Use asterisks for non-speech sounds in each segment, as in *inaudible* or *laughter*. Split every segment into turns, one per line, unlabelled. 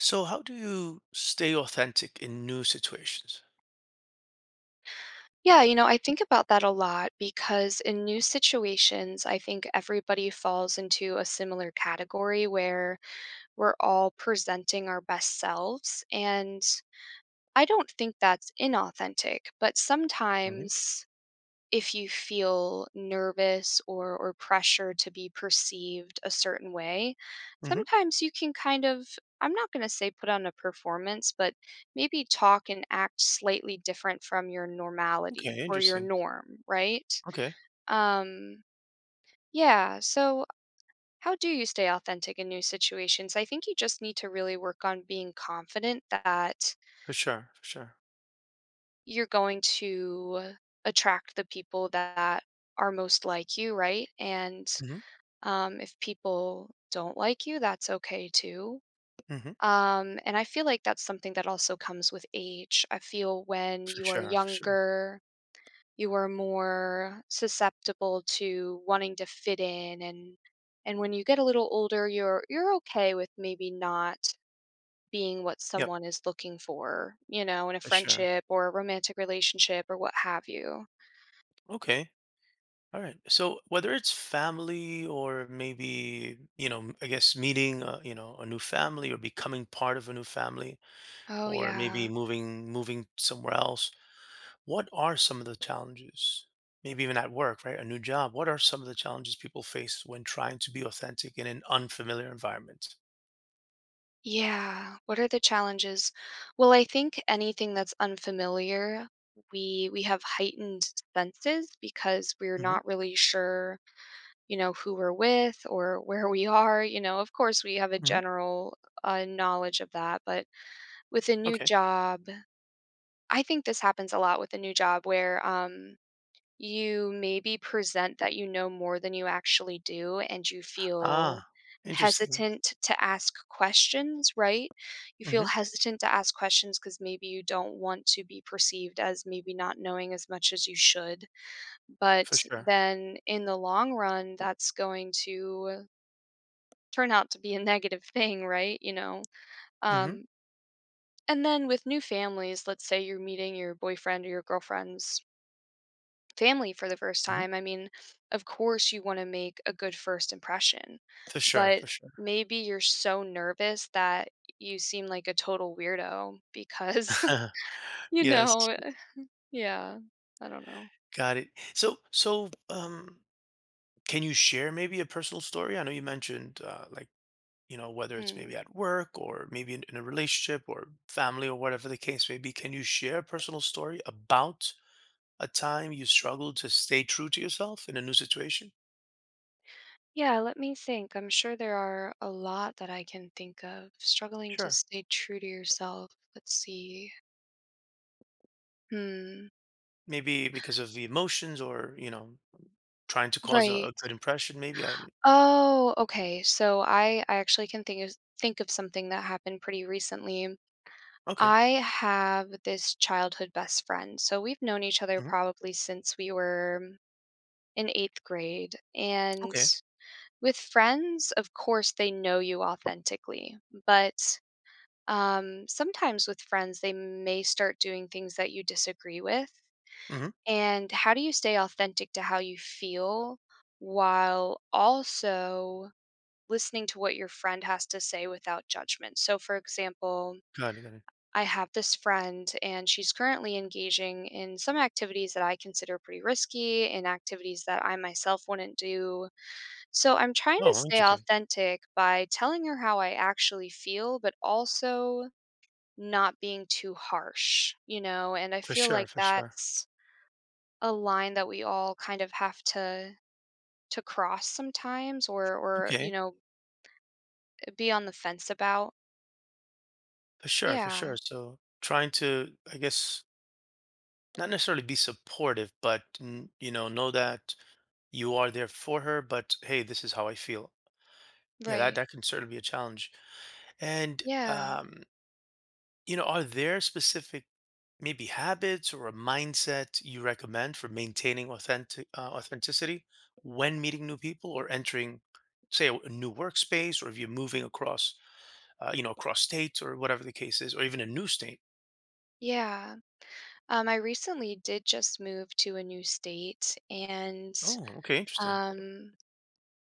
So, how do you stay authentic in new situations?
Yeah, you know, I think about that a lot because in new situations, I think everybody falls into a similar category where we're all presenting our best selves. And I don't think that's inauthentic, but
Hmm.
sometimes if you feel nervous or pressure to be perceived a certain way,
Hmm.
sometimes you can kind of. I'm not going to say put on a performance, but maybe talk and act slightly different from your normality
Okay,
or your
interesting.
norm, right?
Okay.
Um yeah, so how do you stay authentic in new situations? I think you just need to really work on being confident that
For sure, for sure.
you're going to attract the people that are most like you, right? And
Hmm.
If people don't like you, that's okay too.
Hmm.
And I feel like that's something that also comes with age. I feel when
For
you are
sure, for sure.
younger, you are more susceptible to wanting to fit in and when you get a little older, you're okay with maybe not being what
Yep,
someone is looking for, you know, in a
for sure.
friendship or a romantic relationship or what have you.
Okay. All right. So whether it's family or maybe, I guess meeting, a new family or becoming part of a new family
Oh
or maybe
yeah.
moving somewhere else, what are some of the challenges? Maybe even at work, right? A new job. What are some of the challenges people face when trying to be authentic in an unfamiliar environment?
Yeah, what are the challenges? Well, I think anything that's unfamiliar, we have heightened senses because we're
Hmm.
not really sure, you know, who we're with or where we are, you know. Of course, we have a
Hmm.
general knowledge of that, but with a new
Okay.
job, I think this happens a lot with a new job where you maybe present that you know more than you actually do and you feel
Ah, interesting.
hesitant to ask questions, right? You feel
Hmm.
hesitant to ask questions because maybe you don't want to be perceived as maybe not knowing as much as you should.
For
But
sure.
then in the long run, that's going to turn out to be a *laughs* negative thing, right?
Hmm.
Um, and then with new families, let's say you're meeting your boyfriend or your girlfriend's family for the first
Hmm.
time, I mean, of course you want to make a good first impression,
For sure.
but
For sure.
maybe you're so nervous that you seem like a total weirdo because,
*laughs*
*laughs* you
Yes.
know, yeah, I don't know.
Got it. So, so, um, Can you share maybe a personal story? I know you mentioned like whether it's
Hmm.
maybe at work or maybe in a relationship or family or whatever the case may be. Can you share a personal story about a time you struggled to stay true to yourself in a new situation?
Yeah, let me think. I'm sure there are a lot that I can think of. Struggling to
Sure.
stay true to yourself. Let's see. Hmm.
Maybe because of the emotions or trying to cause a
Right.
good impression. Maybe. I don't-
Oh, okay. So I actually can think of something that happened pretty recently.
Okay.
I have this childhood best friend. So we've known each other
Hmm.
probably since we were in eighth grade. And
Okay.
with friends, of course, they know you authentically. But sometimes with friends, they may start doing things that you disagree with.
Hmm.
And how do you stay authentic to how you feel while also listening to what your friend has to say without judgment? So, for example,
Got it. Got it.
I have this friend, and she's currently engaging in some activities that I consider pretty risky and activities that I myself wouldn't do. So I'm trying to
Oh,
stay
interesting.
authentic by telling her how I actually feel, but also not being too harsh, you know? And I
For
feel
sure.
like
For sure.
that's a line that we all kind of have to cross sometimes or you
Okay.
know be on the fence about.
For sure. For
Yeah,
sure. So trying to, I guess, not necessarily be supportive, but know that you are there for her. But hey, this is how I feel. Yeah, that
right.
that can certainly be a challenge. And
yeah
are there specific maybe habits or a mindset you recommend for maintaining authentic authenticity when meeting new people or entering, say, a new workspace, or if you're moving across, across states or whatever the case is, or even a new state?
yeah Um, I recently did just move to a new state, and
Oh, okay, interesting.
um,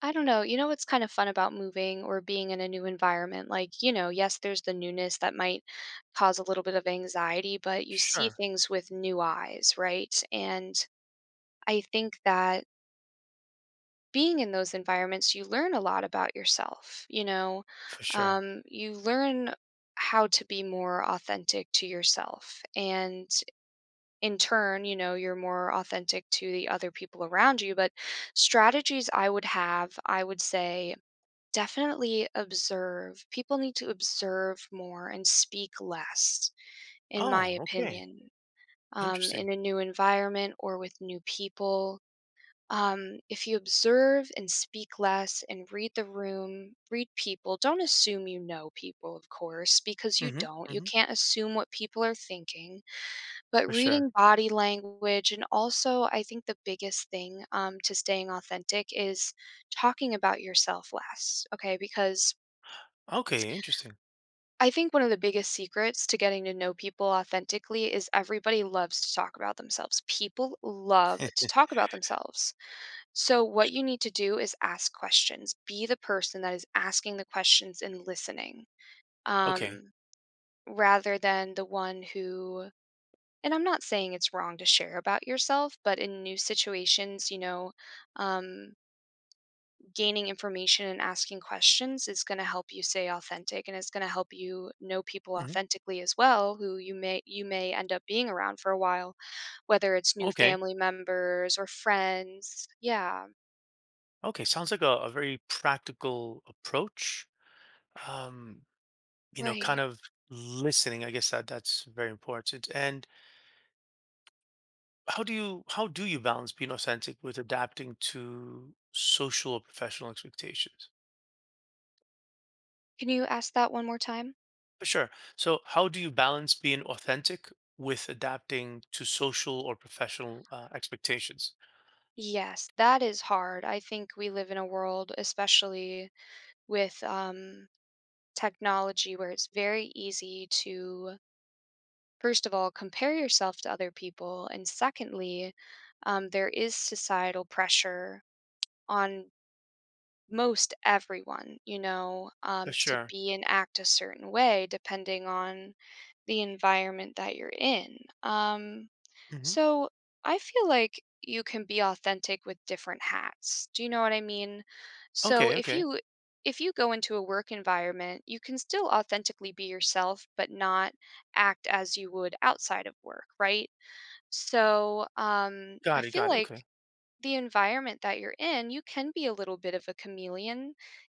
I don't know. You know what's kind of fun about moving or being in a new environment? Like, you know, yes, there's the newness that might cause a little bit of anxiety, but you see
Sure,
things with new eyes, right? And I think that being in those environments, you learn a lot about yourself.
for sure.
You learn how to be more authentic to yourself and in turn, you know, you're more authentic to the other people around you. But strategies I would have, I would say definitely observe. People need to observe more and speak less, in my
Oh, okay,
opinion,
interesting.
in a new environment or with new people. If you observe and speak less and read the room, read people, don't assume you know people, of course, because you
Mm-hmm.
don't. You
Mm-hmm.
can't assume what people are thinking, but
For sure.
reading body language and also I think the biggest thing, to staying authentic is talking about yourself less, okay? Because
Okay. Interesting.
I think one of the biggest secrets to getting to know people authentically is everybody loves to talk about themselves. People love to talk about themselves. So, what you need to do is ask questions. Be the person that is asking the questions and listening,
Okay.
um, rather than the one who. And I'm not saying it's wrong to share about yourself, but in new situations, um, gaining information and asking questions is going to help you stay authentic, and it's going to help you know people
Hmm.
authentically as well, who you may end up being around for a while, whether it's new
Okay.
family members or friends. Yeah,
Okay. Sounds like a very practical approach. Um, kind
right.
of listening. I guess that that's very important. And how do you balance being authentic with adapting to social or professional expectations?
Can you ask that one more time?
For sure. So, how do you balance being authentic with adapting to social or professional expectations?
Yes, that is hard. I think we live in a world, especially with technology, where it's very easy to first of all, compare yourself to other people. And secondly, there is societal pressure on most everyone, you know,
For
to
sure.
be and act a certain way depending on the environment that you're in. Um,
Hmm.
so I feel like you can be authentic with different hats. Do you know what I mean? So
Okay.
if
Okay.
you if you go into a work environment, you can still authentically be yourself, but not act as you would outside of work, right? So I
Got it.
feel
Got it.
like
Okay.
the environment that you're in, you can be a little bit of a chameleon,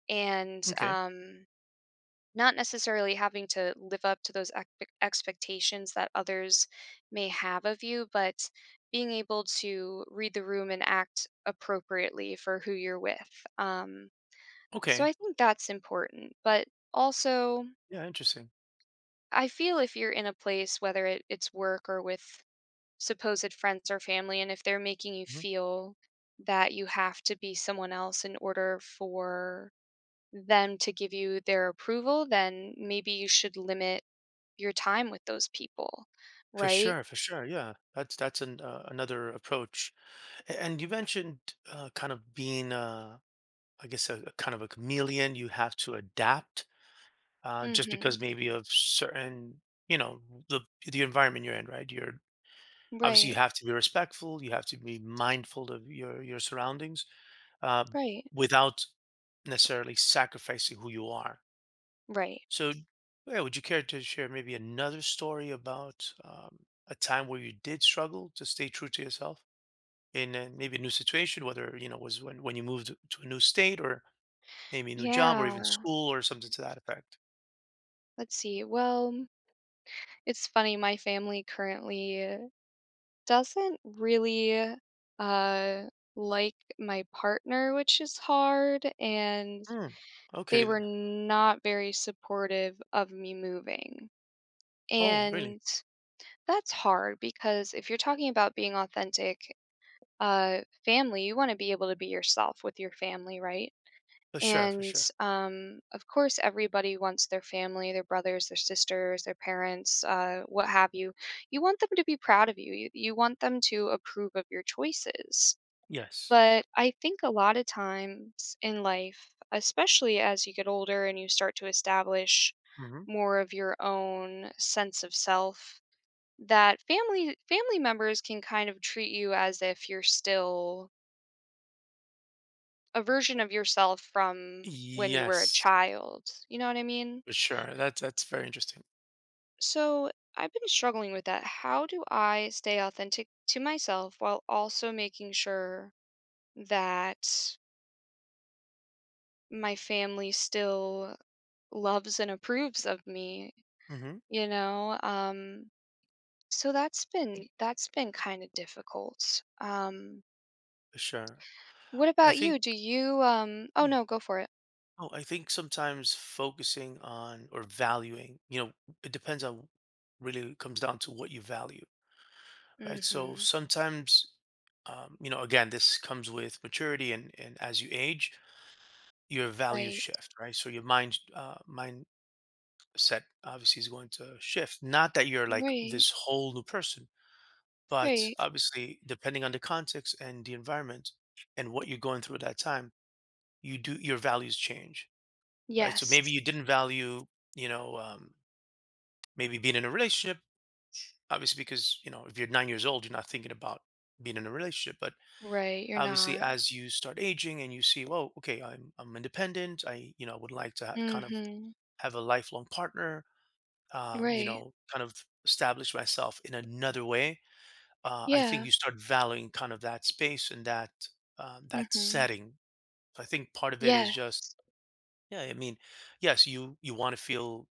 and
Okay.
um, not necessarily having to live up to those expectations that others may have of you, but being able to read the room and act appropriately for who you're with. So
Okay.
I think that's important. But also,
Yeah, interesting.
I feel if you're in a place, whether it's work or with supposed friends or family, and if they're making you
Hmm.
feel that you have to be someone else in order for them to give you their approval, then maybe you should limit your time with those people,
For
right?
sure, for sure. Yeah, that's an another approach. And you mentioned kind of being, I guess, a kind of a chameleon. You have to adapt just because
Mhm.
maybe of certain, you know, the the environment you're in, right? You're obviously you
Right,
have to be respectful. You have to be mindful of your surroundings uh,
right,
without necessarily sacrificing who you are.
right.
So, yeah, would you care to share maybe another story about a time where you did struggle to stay true to yourself maybe a new situation, whether was when you moved to a new state or maybe a new job or even
Yeah.
school or something to that effect?
Let's see. Well, it's funny, my family currently doesn't really, uh, like my partner, which is hard, and
Mm,
they
okay.
were not very supportive of me moving.
Oh, really?
And that's hard because if you're talking about being authentic, family, you want to be able to be yourself with your family, right?
For sure, for
And
sure.
um, of course, everybody wants their family, their brothers, their sisters, their parents, what have you. You want them to be proud of you. You want them to approve of your choices.
Yes.
But I think a lot of times in life, especially as you get older and you start to establish
Hmm.
more of your own sense of self, that family members can kind of treat you as if you're still a version of yourself from when you were a
Yes.
child. You know what I mean?
Sure, that's very interesting.
So I've been struggling with that. How do I stay authentic to myself while also making sure that my family still loves and approves of me,
Hmm.
you know? So that's been kind of difficult.
Sure.
What
I
about
think,
you? Do you oh
yeah.
no, go for it.
Oh, I think sometimes focusing on or valuing, it depends on really comes down to what you value, right? So
Mhm.
sometimes again, this comes with maturity and as you age, your values
Right.
shift, right? So your mindset obviously is going to shift. Not that you're like
Right.
this whole new person, but
Right.
obviously depending on the context and the environment and what you're going through at that time your values change, right? So maybe
Yes.
you didn't value, you know, um, maybe being in a relationship, obviously, because if you're 9 years old, you're not thinking about being in a relationship. But
Right, you're
obviously,
not.
as you start aging and you see, well, okay, I'm independent. I would like to kind of
Mhm.
have a lifelong partner. Um, you
Right.
know, kind of establish myself in another way. I think
Yeah.
you start valuing kind of that space and that
Mhm.
setting. I think part of it is just
Yes.
Yeah, I mean, yes, you want to feel,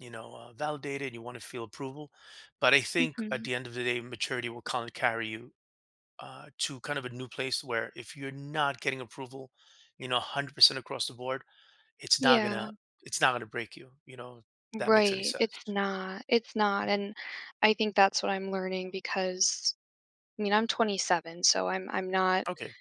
validated. You want to feel approval, but I think at
Mhm.
the end of the day, maturity will kind of carry you to kind of a new place where if you're not getting approval, 100% across the board, it's not
Yeah.
gonna break you. You know, if that makes any
Right.
sense.
It's not. It's not.
Mhm.
And I think that's what I'm learning because I mean, I'm 27, so I'm not
Okay.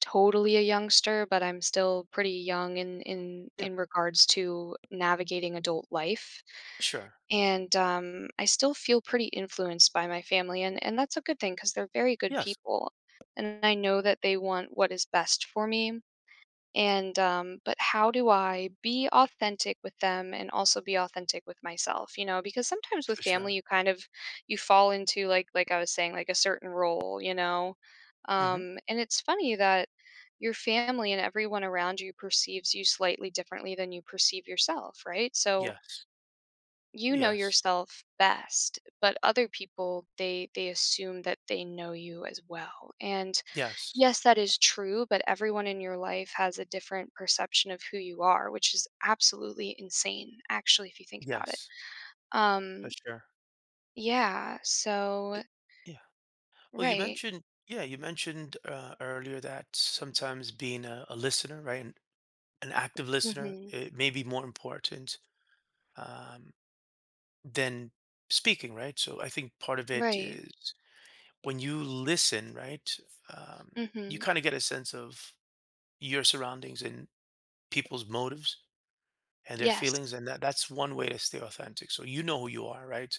totally a youngster, but I'm still pretty young in in
Yeah.
in regards to navigating adult life.
Sure.
And I still feel pretty influenced by my family, and that's a good thing because they're very good
Yes.
people, and I know that they want what is best for me. And but how do I be authentic with them and also be authentic with myself? You know, because sometimes with
For sure.
family, you kind of you fall into like I was saying like a certain role, you know.
Hmm.
And it's funny that your family and everyone around you perceives you slightly differently than you perceive yourself, right? So
Yes.
you know
Yes.
yourself best but other people they assume that they know you as well and
Yes.
yes that is true but everyone in your life has a different perception of who you are which is absolutely insane actually if you think about it.
Yes. For
Um
sure.
yeah so
Uh, Well, you
right
mentioned, yeah, you mentioned earlier that sometimes being a listener, right, an active listener,
mhm
it may be more important um, than speaking, right? So I think part of it
right
is when you listen, right, um, you
mhm
kind of get a sense of your surroundings and people's motives and their feelings,
yes
and that that's one way to stay authentic. So you know who you are, right?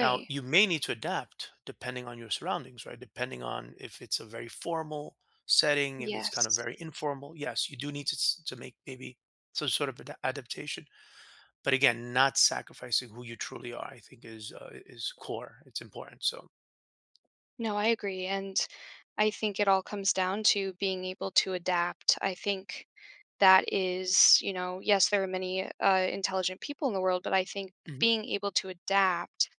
Now, you may need to adapt depending on your surroundings, right? Depending on if it's a very formal setting, if it's kind of
yes
very informal. Yes, you do need to, to make maybe some sort of adaptation, but again, not sacrificing who you truly are. I think is core. It's important. So
No, I agree. And I think it all comes down to being able to adapt. I think that is, you know, yes, there are many intelligent people in the world, but I think
Mhm.
being able to adapt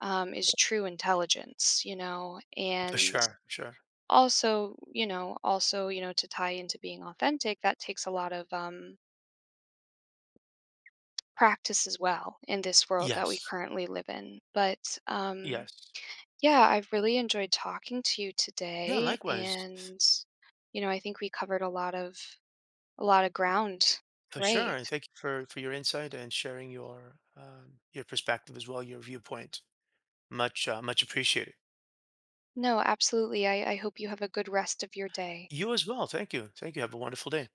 is true intelligence, you know,
For
and
sure, sure.
also, you know, to tie into being authentic, that takes a lot of practice as well in this world that we
Yes,
currently live in. But
yes,
yeah, I've really enjoyed talking to you
yeah.
today
Likewise,
and you know, I think we covered a lot of ground.
for sure.
Right.
And thank you for your insight and sharing your perspective as well, your viewpoint. Much appreciated.
No, absolutely. I hope you have a good rest of your day.
You as well. Thank you. Thank you. Have a wonderful day.